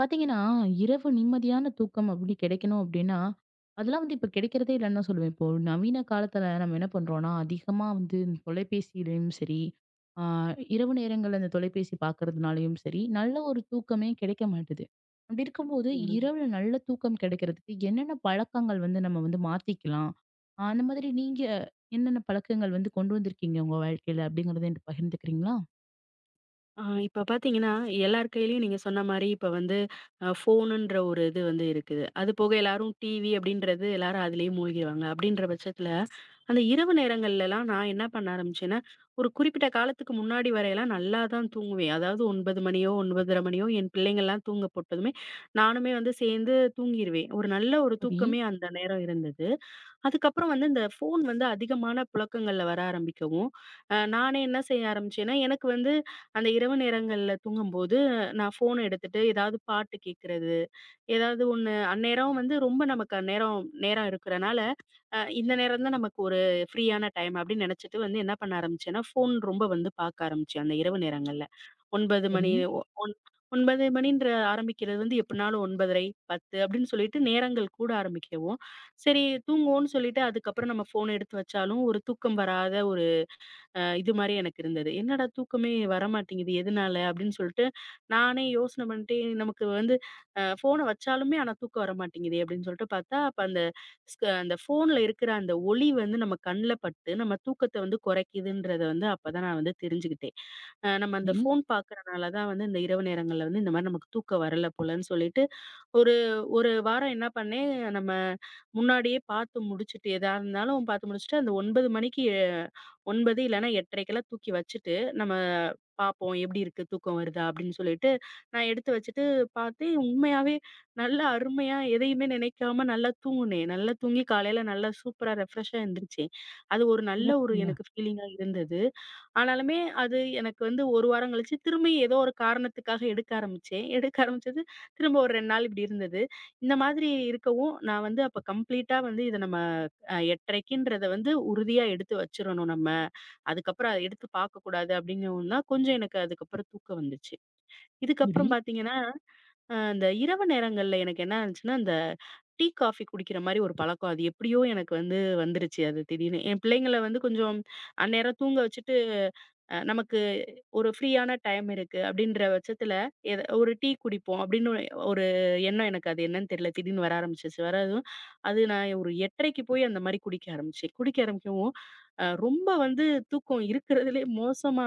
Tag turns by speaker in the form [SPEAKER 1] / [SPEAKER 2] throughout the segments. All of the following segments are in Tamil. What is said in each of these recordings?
[SPEAKER 1] பாத்தீங்கன்னா, இரவு நிம்மதியான தூக்கம் அப்படி கிடைக்கணும் அப்படின்னா, அதெல்லாம் இப்ப கிடைக்கிறதே இல்லன்னு தான் சொல்லுவேன். இப்போ நவீன காலத்துல நம்ம என்ன பண்றோம்னா, அதிகமா இந்த தொலைபேசியிலயும் சரி, ஆ இரவு நேரங்கள்ல இந்த தொலைபேசி பார்க்கறதுனாலயும் சரி, நல்ல ஒரு தூக்கமே கிடைக்க மாட்டுது. அப்படி இருக்கும்போது,
[SPEAKER 2] ம்.
[SPEAKER 1] இரவுல நல்ல தூக்கம் கிடைக்கிறதுக்கு என்னென்ன பழக்கங்கள் நம்ம மாத்திக்கலாம்? அந்த மாதிரி நீங்க என்னென்ன பழக்கங்கள் கொண்டு வந்திருக்கீங்க உங்க வாழ்க்கையில அப்படிங்கிறத என்கிட்ட பகிர்ந்துக்கிறீங்களா?
[SPEAKER 2] இப்ப பார்த்தீங்கன்னா, எல்லார் கையிலயும் நீங்க சொன்ன மாரி இப்ப வந்து ஃபோனுன்ற ஒரு இது வந்து இருக்குது. அது போக எல்லாரும் டிவி அப்படின்றது எல்லாரும் அதிலேயே மூழ்கிருவாங்க. அப்படின்ற பட்சத்துல, அந்த இரவு நேரங்கள்லலாம் நான் என்ன பண்ண ஆரம்பிச்சேன்னா, ஒரு குறிப்பிட்ட காலத்துக்கு முன்னாடி வரையெல்லாம் நல்லா தான் தூங்குவேன். அதாவது 9 மணியோ, 9:30 மணியோ என் பிள்ளைங்கலாம் தூங்க போட்டதுமே, நானுமே வந்து சேர்ந்து தூங்கிருவேன். ஒரு நல்ல ஒரு
[SPEAKER 1] சரி,
[SPEAKER 2] தூக்கமே அந்த நேரம் இருந்தது. அதுக்கப்புறம் வந்து இந்த ஃபோன் வந்து அதிகமான புழக்கங்கள்ல வர ஆரம்பிக்கவும், நானே என்ன செய்ய ஆரம்பிச்சேன்னா, எனக்கு வந்து அந்த இரவு நேரங்கள்ல தூங்கும்போது, நான் ஃபோன எடுத்துட்டு ஏதாவது பாட்டு கேட்கறது, ஏதாவது ஒண்ணு அந்நேரம் வந்து ரொம்ப நமக்கு அந்நேரம் நேரம் இருக்கிறனால, இந்த நேரம் தான் நமக்கு ஒரு ஃப்ரீயான டைம் அப்படின்னு நினைச்சிட்டு வந்து என்ன பண்ண ஆரம்பிச்சேன்னா, ஃபோன் ரொம்ப வந்து பார்க்க ஆரம்பிச்சேன் அந்த இரவு நேரங்கள்ல. 9
[SPEAKER 1] சரி,
[SPEAKER 2] மணி ஒ ஒன் 9 மணின்ற ஆரம்பிக்கிறது வந்து எப்படினாலும் 9:30, 10 அப்படின்னு சொல்லிட்டு நேரங்கள் கூட ஆரம்பிக்கவும், சரி தூங்குவோம்னு சொல்லிட்டு அதுக்கப்புறம் நம்ம ஃபோன் எடுத்து வச்சாலும் ஒரு தூக்கம் வராத ஒரு இது மாரி எனக்கு இருந்தது. என்னடா தூக்கமே வரமாட்டேங்குது, எதனால? அப்படின்னு சொல்லிட்டு நானே யோசனை பண்ணிட்டு, நமக்கு வந்து ஃபோன வச்சாலுமே ஆனா தூக்கம் வரமாட்டேங்குதே அப்படின்னு சொல்லிட்டு பார்த்தா, அப்ப அந்த அந்த ஃபோன்ல இருக்கிற அந்த ஒளி வந்து நம்ம கண்ல பட்டு, நம்ம தூக்கத்த வந்து குறைக்குதுன்றத வந்து அப்பதான் நான் வந்து தெரிஞ்சுக்கிட்டேன். நம்ம அந்த
[SPEAKER 1] சரி.
[SPEAKER 2] ஃபோன் பார்க்கறனால தான் வந்து இந்த இரவு நேரங்கள்ல வந்து இந்த மாரி நமக்கு தூக்கம் வரல போலன்னு சொல்லிட்டு, ஒரு 1 வாரம் என்ன பண்ணேன், நம்ம முன்னாடியே பார்த்து முடிச்சுட்டு, எதா இருந்தாலும் பார்த்து முடிச்சுட்டு, அந்த 9 மணிக்கு 9 இல்லன்னா 8:30க்கெல்லாம் தூக்கி வச்சுட்டு, நம்ம பார்ப்போம் எப்படி இருக்கு, தூக்கம் வருதா அப்படின்னு சொல்லிட்டு, நான் எடுத்து வச்சுட்டு பார்த்தேன், உண்மையாவே நல்லா அருமையா எதையுமே நினைக்காம நல்லா தூங்குனேன். நல்லா தூங்கி காலையில நல்லா சூப்பரா ரெஃப்ரெஷ்ஷா எந்திரிச்சேன். அது ஒரு நல்ல ஒரு
[SPEAKER 1] சிறப்புங்க.
[SPEAKER 2] எனக்கு ஃபீலிங்கா இருந்தது. ஆனாலுமே அது எனக்கு வந்து 1 வாரம் கழிச்சு திரும்பி ஏதோ ஒரு காரணத்துக்காக எடுக்க ஆரம்பிச்சேன். எடுக்க ஆரம்பிச்சது திரும்ப ஒரு 2 நாள் இப்படி இருந்தது. இந்த மாதிரி இருக்கவும் நான் வந்து அப்ப கம்ப்ளீட்டா வந்து இத நம்ம 8:30ன்றத வந்து உறுதியா எடுத்து வச்சிரணும் நம்ம. அதுக்கப்புறம் அத எடுத்து பார்க்கக்கூடாது அப்படிங்கவும் தான் கொஞ்சம் எனக்கு அதுக்கப்புறம் தூக்கம் வந்துச்சு.
[SPEAKER 1] சரி,
[SPEAKER 2] இதுக்கப்புறம் பார்த்தீங்கன்னா அந்த இரவு நேரங்கள்ல எனக்கு என்ன ஆச்சுன்னா, அந்த டீ, காஃபி குடிக்கிற மாரி ஒரு பழக்கம். அது எப்படியோ எனக்கு வந்து வந்துருச்சு. அது திடீர்னு. என் பிள்ளைங்கள வந்து கொஞ்சம் அந்நேரம் தூங்க வச்சுட்டு, நமக்கு ஒரு ஃப்ரீயான டைம் இருக்கு அப்படின்ற பட்சத்தில, எத ஒரு டீ குடிப்போம் அப்படின்னு ஒரு எண்ணம் எனக்கு அது என்னன்னு தெரியல. திடீர்னு வர ஆரம்பிச்சுச்சு. வரதும் அது நான் ஒரு 8:30க்கு போய் அந்த மாரி குடிக்க ஆரம்பிச்சேன். குடிக்க ஆரம்பிக்கவும், ரொம்ப வந்து தூக்கம் இருக்கிறதுலே மோசமா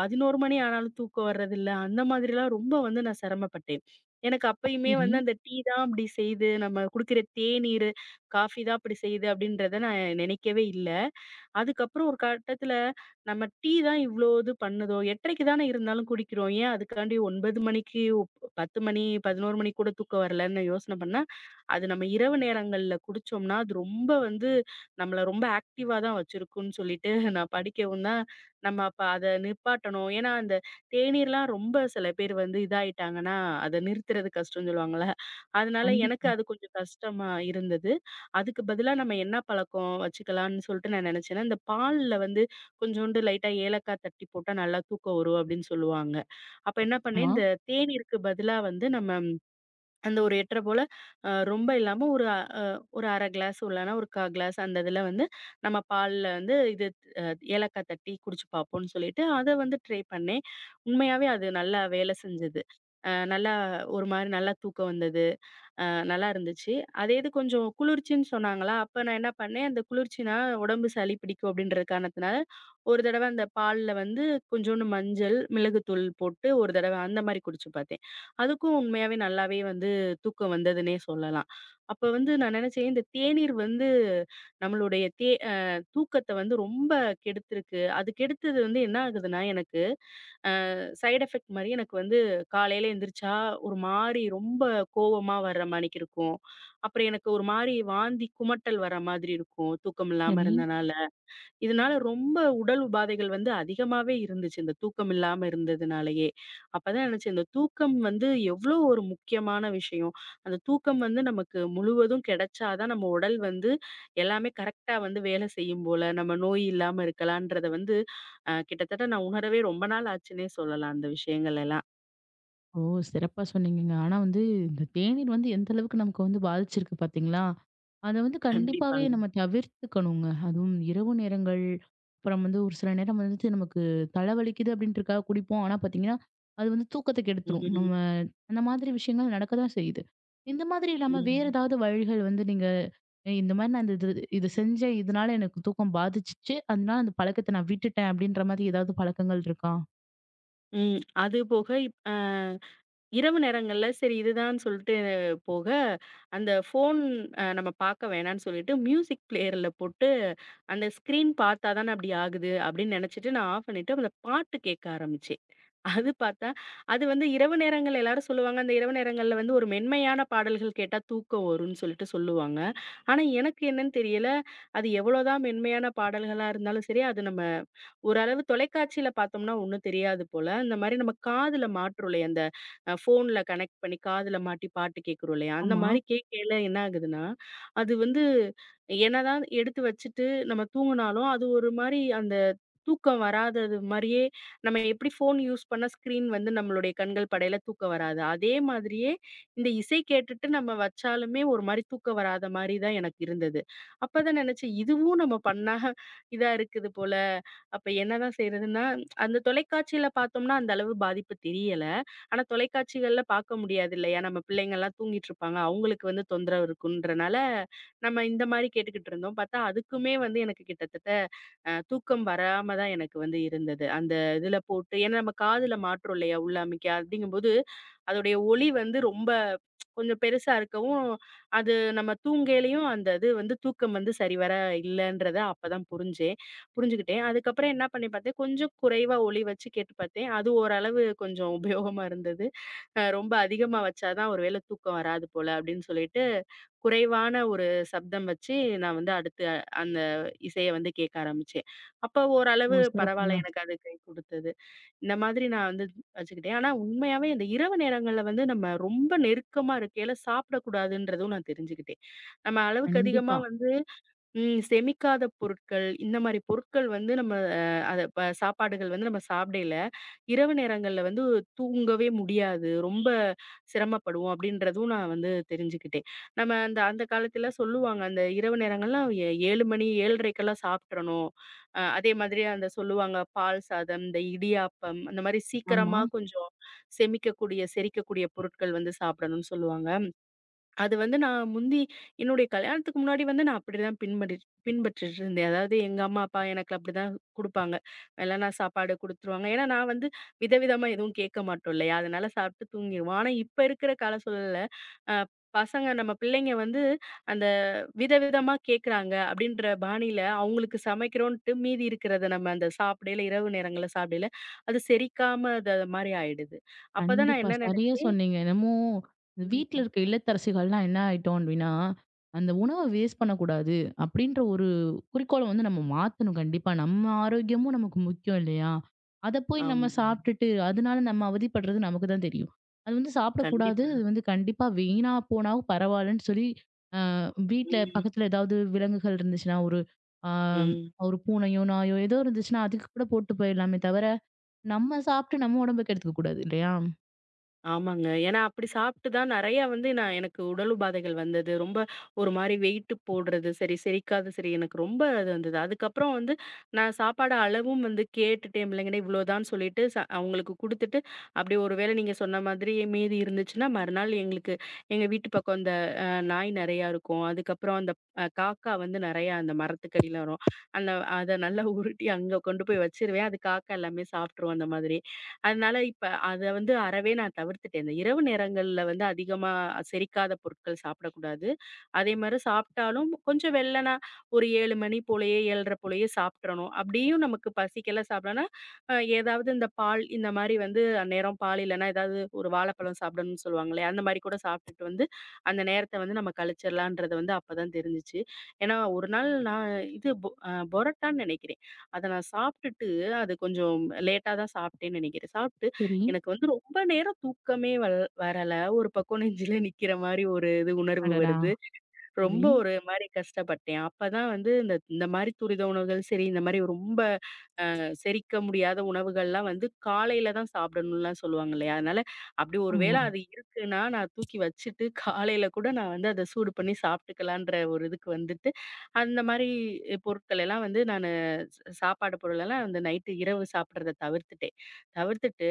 [SPEAKER 2] 11 மணி ஆனாலும் தூக்கம் வர்றதில்ல. அந்த மாதிரிலாம் ரொம்ப வந்து நான் சிரமப்பட்டேன். எனக்கு அப்பயுமே
[SPEAKER 1] சரி.
[SPEAKER 2] வந்து அந்த டீ தான் அப்படி செய்யுது, நம்ம குடிக்கிற தேநீரு, காஃபி தான் அப்படி செய்யுது அப்படின்றத நான் நினைக்கவே இல்ல. அதுக்கப்புறம் ஒரு கட்டத்துல நம்ம டீ தான் இவ்ளோ இது பண்ணுதோ, 8:30க்கு தானே இருந்தாலும் குடிக்கிறோம். ஏன் அதுக்காண்டி 9 மணிக்கு, 10 மணி, 11 மணிக்கு கூட தூக்கம் வரலன்னு யோசனை பண்ணா, அது நம்ம இரவு நேரங்கள்ல குடிச்சோம்னா, அது ரொம்ப வந்து நம்மள ரொம்ப ஆக்டிவா தான் வச்சிருக்கும்ன்னு சொல்லிட்டு நான் படிக்கவும் தான், நம்ம அப்ப அத நிப்பாட்டணும். ஏன்னா, அந்த தேநீர்லாம் ரொம்ப சில பேர் வந்து இதாயிட்டாங்கன்னா, அத நிறுத்துறது கஷ்டம்னு சொல்லுவாங்கல்ல. அதனால எனக்கு
[SPEAKER 1] கண்டிப்பா.
[SPEAKER 2] அது கொஞ்சம் கஷ்டமா இருந்தது. அதுக்கு பதிலா நம்ம என்ன பழக்கம் வச்சுக்கலாம்ன்னு சொல்லிட்டு நான் நினைச்சேன்னா, இந்த பால்ல வந்து கொஞ்சோண்டு லைட்டா ஏலக்காய் தட்டி போட்டா நல்லா தூக்கம் வரும் அப்படின்னு சொல்லுவாங்க. அப்ப என்ன பண்ணேன்,
[SPEAKER 1] ஆமா.
[SPEAKER 2] இந்த தேநீருக்கு பதிலா வந்து நம்ம அந்த ஒரு 8:30 போல ரொம்ப இல்லாம ஒரு 1/2 கிளாஸ் இல்லனா ஒரு 1/4 கிளாஸ் அந்த இதுல வந்து நம்ம பால்ல வந்து இது அ ஏலக்காய் தட்டி குடிச்சு பார்ப்போம்ன்னு சொல்லிட்டு அத வந்து ட்ரை பண்ணேன். உண்மையாவே அது நல்லா வேலை செஞ்சது. நல்லா ஒரு மாரி நல்லா தூக்கம் வந்தது. அ நல்லா இருந்துச்சு. அதே இது கொஞ்சம் குளிர்ச்சின்னு சொன்னாங்களா, அப்ப நான் என்ன பண்ணேன், அந்த குளிர்ச்சினா உடம்பு சளி பிடிக்கும் அப்படின்ற காரணத்தினால, ஒரு தடவ அந்த பால்ல வந்து கொஞ்சோண்டு மஞ்சள், மிளகுத்தூள் போட்டு ஒரு தடவ அந்த மாரி குடிச்சு பார்த்தேன். அதுக்கும் உண்மையாவே நல்லாவே வந்து தூக்கம் வந்ததுன்னே சொல்லலாம். அப்ப வந்து நான் நெனச்சேன், இந்த தேநீர் வந்து நம்மளுடைய தே அ தூக்கத்த வந்து ரொம்ப கெடுத்துருக்கு. அது கெடுத்தது வந்து என்ன ஆகுதுன்னா எனக்கு சைட் எஃபெக்ட் மாரி எனக்கு வந்து காலையில எந்திரிச்சா ஒரு மாரி ரொம்ப கோவமா வர்ற மாணிக்கு இருக்கும். அப்புறம் எனக்கு ஒரு மாரி வாந்தி, குமட்டல் வர மாதிரி இருக்கும். தூக்கம் இல்லாம
[SPEAKER 1] சரி.
[SPEAKER 2] இருந்தனால. இதனால ரொம்ப உடல் உபாதைகள் வந்து அதிகமாவே இருந்துச்சு, இந்த தூக்கம் இல்லாம இருந்ததுனாலயே. அப்பதான் நினைச்சேன், இந்த தூக்கம் வந்து எவ்ளோ ஒரு முக்கியமான விஷயம். அந்த தூக்கம் வந்து நமக்கு முழுவதும் கிடைச்சா தான் நம்ம உடல் வந்து எல்லாமே கரெக்ட்டா வந்து வேலை செய்யும் போல, நம்ம நோய் இல்லாம இருக்கலான்றத வந்து கிட்டத்தட்ட நான் உணரவே ரொம்ப நாள் ஆச்சுன்னே சொல்லலாம், அந்த விஷயங்கள் எல்லாம்.
[SPEAKER 1] ஓ! சிறப்பா சொன்னீங்கங்க. ஆனா இந்த தேநீர் எந்த அளவுக்கு நமக்கு பாதிச்சிருக்கு பார்த்தீங்களா? அத கண்டிப்பாவே
[SPEAKER 2] கண்டிப்பாங்க.
[SPEAKER 1] நம்ம தவிர்த்துக்கணுங்க. அதுவும் இரவு நேரங்கள், அப்புறம் ஒரு சில நேரம் வந்துட்டு நமக்கு தலைவலிக்குது அப்படின்றதுக்காக குடிப்போம். ஆனா பார்த்தீங்கன்னா, அது தூக்கத்த
[SPEAKER 2] ம்,
[SPEAKER 1] கெடுத்துரும். நம்ம
[SPEAKER 2] ம்.
[SPEAKER 1] அந்த மாதிரி விஷயங்கள் நடக்க தான் செய்யுது. இந்த மாதிரி இல்லாம வேற ஏதாவது வழிகள் நீங்க "ஏய் இந்த மாரி நான் இந்த இது இது செஞ்சேன். இதனால எனக்கு தூக்கம் பாதிச்சுச்சு. அதனால அந்த பழக்கத்த நான் விட்டுட்டேன்." அப்படின்ற மாதிரி ஏதாவது பழக்கங்கள் இருக்கா?
[SPEAKER 2] ம். அது போக இப் அ இரவு நேரங்கள்ல சரி இதுதான்னு சொல்லிட்டு போக, அந்த ஃபோன் நம்ம பார்க்க வேணான்னு சொல்லிட்டு மியூசிக் பிளேயர்ல போட்டு, அந்த ஸ்க்ரீன் பார்த்தா தான அப்படி ஆகுது அப்படின்னு நினைச்சுட்டு நான் ஆஃப் பண்ணிட்டு அந்த பாட்டு கேட்க ஆரம்பிச்சேன். அது பார்த்தா, அது வந்து இரவு நேரங்கள்ல எல்லாரும் சொல்லுவாங்க, அந்த இரவு நேரங்கள்ல வந்து ஒரு மென்மையான பாடல்கள் கேட்டா தூக்கம் வரும்ன்னு சொல்லிட்டு சொல்லுவாங்க. ஆனா எனக்கு என்னன்னு தெரியல, அது எவ்வளோதான் மென்மையான பாடல்களா இருந்தாலும் சரி, அது நம்ம ஓரளவு தொலைக்காட்சியில பார்த்தோம்னா ஒண்ணும் தெரியாது போல. இந்த மாரி நம்ம காதுல மாட்டுறோம் இல்லையா? அந்த ஃபோன்ல கனெக்ட் பண்ணி காதுல மாட்டி பாட்டு கேட்கிறோம் இல்லையா? அந்த
[SPEAKER 1] ஆமா.
[SPEAKER 2] மாரி கேட்கையில என்ன ஆகுதுன்னா, அது வந்து என்னதான் எடுத்து வச்சுட்டு நம்ம தூங்குனாலும், அது ஒரு மாரி அந்த தூக்கம் வராதது மாரியே நம்ம எப்படி ஃபோன் யூஸ் பண்ணா ஸ்க்ரீன் வந்து நம்மளுடைய கண்கள் படையில தூக்கம் வராது. அதே மாதிரியே இந்த இசை கேட்டுட்டு நம்ம வச்சாலுமே ஒரு மாரி தூக்கம் வராத மாரி தான் எனக்கு இருந்தது. அப்ப தான் நெனச்சேன், இதுவும் நம்ம பண்ணா இதா இருக்குது போல. அப்ப என்னதான் செய்றதுன்னா, அந்த தொலைக்காட்சியில பார்த்தோம்னா, அந்த அளவு பாதிப்பு தெரியல. ஆனா, தொலைக்காட்சிகள்ல பார்க்க முடியாது இல்லையா? நம்ம பிள்ளைங்கலாம் தூங்கிட்டுருப்பாங்க. அவங்களுக்கு வந்து தொந்தரவு இருக்குன்றனால, நம்ம இந்த மாரி கேட்டுக்கிட்டு இருந்தோம். பார்த்தா அதுக்குமே வந்து எனக்கு கிட்டத்தட்ட தூக்கம் வராம தான் எனக்கு வந்து இருந்தது. அந்த இதுல போட்டு ஏன்னா நம்ம காதுல மாட்டுறோம் இல்லையா? உள்ள அமைக்க. அப்படிங்கும்போது, அதோடைய ஒலி வந்து ரொம்ப கொஞ்சம் பெருசா இருக்கவும், அது நம்ம தூங்கையிலயும் அந்த இது வந்து தூக்கம் வந்து சரிவர இல்லன்றத அப்பதான் புரிஞ்சேன். புரிஞ்சுகிட்டேன். அதுக்கப்புறம் என்ன பண்ணி பார்த்தேன், கொஞ்சம் குறைவா ஒலி வச்சு கேட்டு பார்த்தேன். அது ஓரளவு கொஞ்சம் உபயோகமா இருந்தது. ரொம்ப அதிகமா வச்சா தான் ஒரு வேளை தூக்கம் வராது போல அப்படின்னு சொல்லிட்டு, குறைவான ஒரு சப்தம் வச்சு நான் வந்து அடுத்து அந்த இசைய வந்து கேட்க ஆரம்பிச்சேன். அப்போ ஓரளவு
[SPEAKER 1] ஓ! சிறப்புங்க.
[SPEAKER 2] பரவால்ல எனக்கு அது கை குடுத்தது. இந்த மாதிரி நான் வந்து வச்சுக்கிட்டேன். ஆனா உண்மையாவே இந்த இரவு நேரங்கள்ல வந்து நம்ம ரொம்ப நெருக்கமா இருக்கையில சாப்பிடக்கூடாதுன்றதும் நான் தெரிஞ்சுக்கிட்டேன். நம்ம அளவுக்கு அதிகமா
[SPEAKER 1] கண்டிப்பா.
[SPEAKER 2] வந்து ம். செமிக்காத பொருட்கள், இந்த மாரி பொருட்கள் வந்து நம்ம அத சாப்பாடுகள் வந்து நம்ம சாப்பிடையில, இரவு நேரங்கள்ல வந்து தூங்கவே முடியாது. ரொம்ப சிரமப்படுவோம் அப்படின்றதும் நான் வந்து தெரிஞ்சுக்கிட்டேன். நம்ம அந்த அந்த காலத்துல சொல்லுவாங்க, அந்த இரவு நேரங்கள்லாம் 7 மணி 7:30க்கெல்லாம் சாப்ட்றணும். அதே மாதிரி அந்த சொல்லுவாங்க, பால் சாதம், இந்த இடியாப்பம், அந்த மாரி
[SPEAKER 1] ஆமா.
[SPEAKER 2] சீக்கிரமா கொஞ்சம் செமிக்கக்கூடிய, செரிக்கக்கூடிய பொருட்கள் வந்து சாப்பிடணும்னு சொல்லுவாங்க. அது வந்து நான் முந்தி என்னுடைய கல்யாணத்துக்கு முன்னாடி வந்து நான் அப்படிதான் பின்பற்றிட்டு இருந்தேன். அதாவது எங்க அம்மா, அப்பா எனக்கு அப்படிதான் குடுப்பாங்க. வெள்ளன சாப்பாடு குடுத்துருவாங்க. ஏன்னா, நான் வந்து விதவிதமா எதுவும் கேட்க மாட்டோம் இல்லையா? அதனால சாப்பிட்டு தூங்கிருவோம். ஆனா, இப்ப இருக்கிற கால சூழல்ல அ பசங்க நம்ம பிள்ளைங்க வந்து அந்த விதவிதமா கேட்குறாங்க அப்படின்ற பாணியில அவங்களுக்கு சமைக்கிறோன்ட்டு மீதி இருக்கிறத நம்ம அந்த சாப்பிடையில இரவு நேரங்கள்ல அது செரிக்காம அது மாரி ஆயிடுது. அப்பதான் நான்
[SPEAKER 1] கண்டிப்பா.
[SPEAKER 2] என்ன
[SPEAKER 1] சரியா
[SPEAKER 2] நினைச்சேன்
[SPEAKER 1] சொன்னீங்க. என்னமோ இந்த வீட்ல
[SPEAKER 2] ம்.
[SPEAKER 1] இருக்க இல்லத்தரசிகள்லாம் என்ன ஆயிட்டோம் அப்டின்னா, அந்த உணவ வேஸ்ட் பண்ணக்கூடாது அப்டின்ற ஒரு குறிக்கோள நம்ம மாத்தணும் கண்டிப்பா. நம்ம ஆரோக்கியமும் நமக்கு முக்கியம் இல்லையா? அத போய் நம்ம
[SPEAKER 2] ஆமாங்க.
[SPEAKER 1] சாப்ட்டுட்டு, அதனால நம்ம அவதிப்படுறது நமக்கு தான் தெரியும். அது சாப்பிடக்கூடாது.
[SPEAKER 2] கண்டிப்பா.
[SPEAKER 1] அது கண்டிப்பா வீணா போனாலும் பரவாயில்லன்னு சொல்லி, அ வீட்ல
[SPEAKER 2] ம்.
[SPEAKER 1] பக்கத்துல ஏதாவது விலங்குகள் இருந்துச்சுன்னா, ஒரு ஆ
[SPEAKER 2] ம்.
[SPEAKER 1] ஒரு பூனையோ, நாயோ ஏதோ இருந்துச்சுன்னா, அதுக்கு கூட போட்டு போயிடலாமே தவிர நம்ம சாப்பிட்டு நம்ம உடம்ப கெடுத்துக்க கூடாது இல்லையா?
[SPEAKER 2] ஆமாங்க. ஏன்னா அப்படி சாப்பிட்டு தான் நெறையா வந்து நான் எனக்கு உடல் உபாதைகள் வந்தது. ரொம்ப ஒரு மாரி வெயிட்டு போடுறது, சரி செரிக்காது, சரி எனக்கு ரொம்ப இது வந்தது. அதுக்கப்புறம் வந்து நான் சாப்பாடு அளவும் வந்து கேட்டுட்டேன் பிள்ளைங்கட்ட இவ்வளோதான்னு சொல்லிட்டு அவங்களுக்கு குடுத்துட்டு, அப்படி ஒரு வேளை நீங்க சொன்ன மாதிரி மீதி இருந்துச்சுன்னா, மறுநாள் எங்களுக்கு எங்க வீட்டு பக்கம் இந்த நாய் நெறையா இருக்கும். அதுக்கப்புறம் அந்த காக்கா வந்து நெறையா அந்த மரத்துக்கடியில வரும். அந்த அத நல்லா உருட்டி அங்க கொண்டு போய் வச்சுருவேன். அது காக்கா எல்லாமே சாப்ட்டுரும் அந்த மாதிரி. அதனால இப்ப அத வந்து அறவே நான் தவிர்த்துட்டேன். இந்த இரவு நேரங்கள்ல வந்து அதிகமா செரிக்காத பொருட்கள் சாப்பிடக்கூடாது. அதே மாரி சாப்பிட்டாலும் கொஞ்சம் வெள்ளனா ஒரு 7 மணி போலயே 7:30 போலயே சாப்ட்றணும். அப்படியும் நமக்கு பசிக்கல சாப்பிடலாம்னா, அ ஏதாவது இந்த பால் இந்த மாரி வந்து அந்நேரம் பால் இல்லன்னா ஏதாவது ஒரு வாழைப்பழம் சாப்பிடணும்னு சொல்லுவாங்களே, அந்த மாரி கூட சாப்பிட்டுட்டு வந்து அந்த நேரத்த வந்து நம்ம கழிச்சிடலான்றது வந்து அப்பதான் தெரிஞ்சுச்சு. ஏன்னா ஒரு நாள் நான் இது பொ அ பொரட்டான்னு நெனைக்கிறேன். அத நான் சாப்ட்டுட்டு அது கொஞ்சம் லேட்டா தான் சாப்பிட்டேன்னு நினைக்கிறேன். சாப்பிட்டு
[SPEAKER 1] சரி.
[SPEAKER 2] எனக்கு வந்து ரொம்ப நேரம் தூக்கமே வரல. ஒரு பக்கம் நெஞ்சில நிக்கிற மாரி ஒரு இது உணர்வு
[SPEAKER 1] அடடா!
[SPEAKER 2] வருது.
[SPEAKER 1] சரி.
[SPEAKER 2] ரொம்ப ஒரு மாரி கஷ்டப்பட்டேன். அப்பதான் வந்து இந்த இந்த மாரி துரித உணவுகள் சரி, இந்த மாரி ரொம்ப செரிக்க முடியாத உணவுகள்லாம் வந்து காலையில தான் சாப்பிடணும்லாம் சொல்லுவாங்க இல்லையா? அதனால அப்படி ஒரு
[SPEAKER 1] ஆமா.
[SPEAKER 2] வேளை ம். அது இருக்குன்னா, நான் தூக்கி வச்சுட்டு காலையில கூட நான் வந்து அத சூடு பண்ணி சாப்பிட்டுக்கலான்ற ஒரு இதுக்கு வந்துட்டு, அந்த மாரி பொருட்கள் எல்லாம் வந்து நானு ச சாப்பாடு பொருளெல்லாம் அந்த நைட்டு இரவு சாப்பிடுறத தவிர்த்துட்டேன். தவிர்த்துட்டு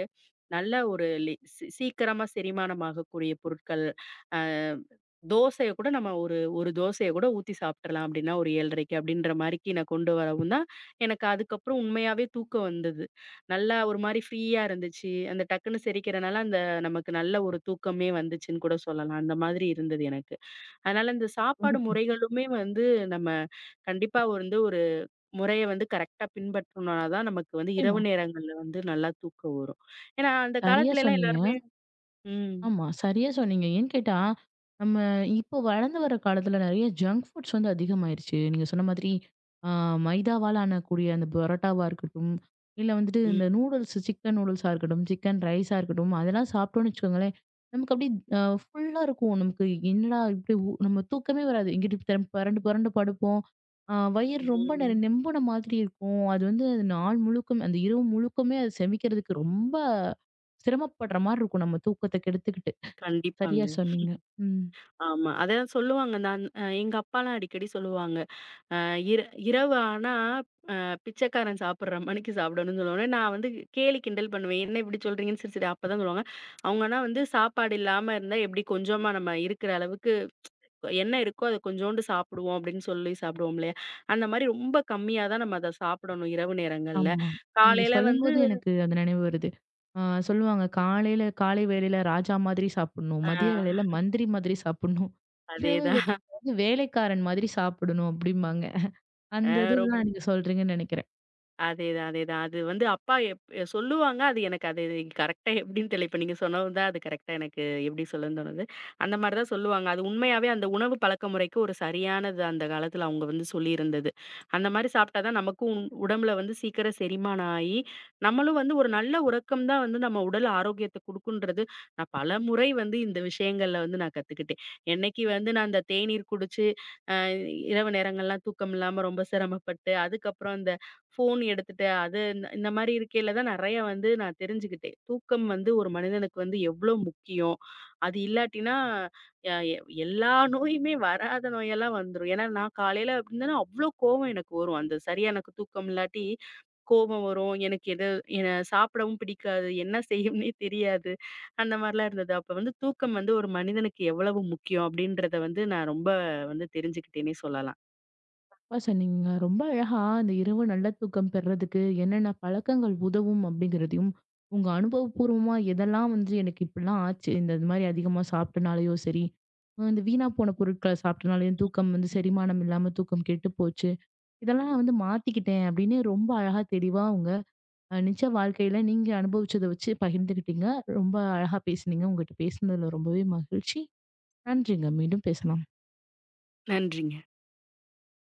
[SPEAKER 2] நல்ல ஒரு லி சீ சீக்கிரமா செரிமானம் ஆகக்கூடிய பொருட்கள். அ தோசைய கூட நம்ம ஒரு ஒரு தோசைய கூட ஊத்தி சாப்ட்றலாம் அப்டின்னா, ஒரு 7:30க்கு அப்டின்ற மாரிக்கு நான் கொண்டு வரவும் தான், எனக்கு அதுக்கப்புறம் உண்மையாவே தூக்கம் வந்தது. நல்லா ஒரு மாரி ஃப்ரீயா இருந்துச்சு. அந்த டக்குன்னு செரிக்கிறனால, அந்த நமக்கு நல்ல ஒரு தூக்கமே வந்துச்சுன்னு கூட சொல்லலாம். அந்த மாதிரி இருந்தது எனக்கு. அதனால இந்த சாப்பாடு
[SPEAKER 1] கண்டிப்பா.
[SPEAKER 2] முறைகளுமே வந்து நம்ம கண்டிப்பா வந்து ஒரு முறைய வந்து கரெக்ட்டா பின்பற்றுனா தான் நமக்கு வந்து இரவு
[SPEAKER 1] நிச்சயமா.
[SPEAKER 2] நேரங்கள்ல வந்து நல்லா தூக்கம் வரும். ஏன்னா, அந்த
[SPEAKER 1] சரியா
[SPEAKER 2] காலத்துலலாம்
[SPEAKER 1] சொன்னீங்க.
[SPEAKER 2] எல்லாருமே ம்,
[SPEAKER 1] ஆமா. சரியா சொன்னீங்க. ஏன்னு கேட்டா, நம்ம இப்போ வளர்ந்து வர காலத்துல நெறைய ஜங்க் ஃபுட்ஸ் அதிகமாயிருச்சு. நீங்க சொன்ன மாதிரி, ஆ மைதாவால ஆனக்கூடிய அந்த பரோட்டாவா இருக்கட்டும், இல்ல வந்துட்டு இந்த
[SPEAKER 2] ம்,
[SPEAKER 1] நூடுல்ஸ், சிக்கன் நூடுல்ஸா இருக்கட்டும், சிக்கன் ரைஸா இருக்கட்டும், அதெல்லாம் சாப்பிட்டோம்னு வச்சுக்கோங்களேன், நமக்கு அப்படியே ஃபுல்லா இருக்கும். நமக்கு என்னடா இப்படி நம்ம தூக்கமே வராது. எங்கிட்டு திரம் புரண்டு புரண்டு படுப்போம். வயிறு ரொம்ப
[SPEAKER 2] ம்.
[SPEAKER 1] நெம்புன மாதிரி இருக்கும். அது அது நாள் முழுக்கும் அந்த இரவு முழுக்குமே அது செமிக்கிறதுக்கு ரொம்ப சிரமப்படுற மாரி இருக்கும், நம்ம தூக்கத்த கெடுத்துக்கிட்டு.
[SPEAKER 2] கண்டிப்பாங்க.
[SPEAKER 1] சரியா சொன்னீங்க. ம்.
[SPEAKER 2] ஆமா. அதான் சொல்லுவாங்க. நான் எங்க அப்பாலாம் அடிக்கடி சொல்லுவாங்க. அ இர இரவு ஆனா பிச்சைக்காரன் சாப்பிடுற மணிக்கு சாப்பிடணும்னு சொல்லுவாங்க. நான் வந்து கேலி கிண்டல் பண்ணுவேன். என்ன இப்படி சொல்றீங்கன்னு? சரி, சரி அப்பதான் சொல்லுவாங்க. அவங்கன்னா வந்து சாப்பாடு இல்லாம இருந்தா எப்படி கொஞ்சமா நம்ம இருக்கிற அளவுக்கு என்ன இருக்கோ அத கொஞ்சோண்டு சாப்பிடுவோம் அப்படின்னு சொல்லி சாப்பிடுவோம் இல்லையா? அந்த மாரி ரொம்ப கம்மியா தான் நம்ம அத சாப்பிடணும் இரவு நேரங்கள்ல.
[SPEAKER 1] ஆமா. நீங்க
[SPEAKER 2] காலையில வந்து
[SPEAKER 1] சொல்லும்போது எனக்கு அது நினைவு வருது. ஆ சொல்லுவாங்க காலையில காலை வேளையில ராஜா மாதிரி சாப்பிடணும்.
[SPEAKER 2] ஆ
[SPEAKER 1] மதிய வேளையில மந்திரி மாதிரி சாப்பிடணும். இரவு
[SPEAKER 2] அதேதான்.
[SPEAKER 1] வேளையில வேலைக்காரன் மாதிரி சாப்பிடணும் அப்டிம்பாங்க. அந்த இதுதான் நீங்க சொல்றீங்கன்னு நெனைக்கிறேன்.
[SPEAKER 2] அதேதான், அதேதான். அது வந்து அப்பா சொல்லுவாங்க. அது எனக்கு அது கரெக்ட்டா எப்படின்னு தெரியல. இப்ப நீங்க சொன்னது தான் அது கரெக்ட்டா எனக்கு எப்படி சொல்லுன்னு தோணுது. அந்த மாரி தான் சொல்லுவாங்க. அது உண்மையாவே அந்த உணவு பழக்கமுறைக்கு ஒரு சரியானது அந்த காலத்துல அவங்க வந்து சொல்லியிருந்தது. அந்த மாரி சாப்பிட்டா தான் நமக்கும் உடம்புல வந்து சீக்கிரம் செரிமானம் ஆயி, நம்மளும் வந்து ஒரு நல்ல உறக்கம் தான் வந்து நம்ம உடல் ஆரோக்கியத்த குடுக்குன்றது, நான் பலமுறை வந்து இந்த விஷயங்கள்ல வந்து நான் கத்துக்கிட்டேன். என்னைக்கு வந்து நான் அந்த தேநீர் குடிச்சு இரவு நேரங்கள்லாம் தூக்கம் இல்லாம ரொம்ப சிரமப்பட்டு, அதுக்கப்புறம் அந்த ஃபோன் எடுத்துட்டு, அது இந்த இந்த மாரி இருக்கையில தான் நெறைய வந்து நான் தெரிஞ்சுக்கிட்டேன். தூக்கம் வந்து ஒரு மனிதனுக்கு வந்து எவ்ளோ முக்கியம். அது இல்லாட்டினா அ எ எல்லா நோயுமே வராத நோயெல்லாம் வந்துரும். ஏன்னா, நான் காலையில அப்படின்னா அவ்ளோ கோவம் எனக்கு வரும். அந்த சரியா எனக்கு தூக்கம் இல்லாட்டி கோவம் வரும். எனக்கு எது என சாப்பிடவும் பிடிக்காது. என்ன செய்யும்னே தெரியாது. அந்த மாரிலாம் இருந்தது. அப்ப வந்து தூக்கம் வந்து ஒரு மனிதனுக்கு எவ்வளவு முக்கியம் அப்படின்றத வந்து நான் ரொம்ப வந்து தெரிஞ்சுக்கிட்டேன்னே சொல்லலாம்.
[SPEAKER 1] சிறப்பா சொன்னீங்க. ரொம்ப அழகா அந்த இரவு நல்ல தூக்கம் பெறதுக்கு என்னென்ன பழக்கங்கள் உதவும் அப்படிங்கிறதையும், உங்க அனுபவபூர்வமா எதெல்லாம் எனக்கு இப்படிலாம் ஆச்சு. இந்த இது மாரி அதிகமா சாப்பிட்டனாலயோ சரி, இந்த வீணா போன பொருட்கள சாப்பிட்டனாலயும் தூக்கம் செரிமானம் இல்லாம தூக்கம் கெட்டு போச்சு. இதெல்லாம் நான் மாத்திக்கிட்டேன் அப்படின்னு ரொம்ப அழகா தெளிவா உங்க நிஜ வாழ்க்கையில நீங்க அனுபவிச்சத வச்சு பகிர்ந்துக்கிட்டீங்க. ரொம்ப அழகா பேசுனீங்க. உங்ககிட்ட பேசுனதுல ரொம்பவே மகிழ்ச்சி. நன்றிங்க. மீண்டும் பேசலாம்.
[SPEAKER 2] நன்றிங்க.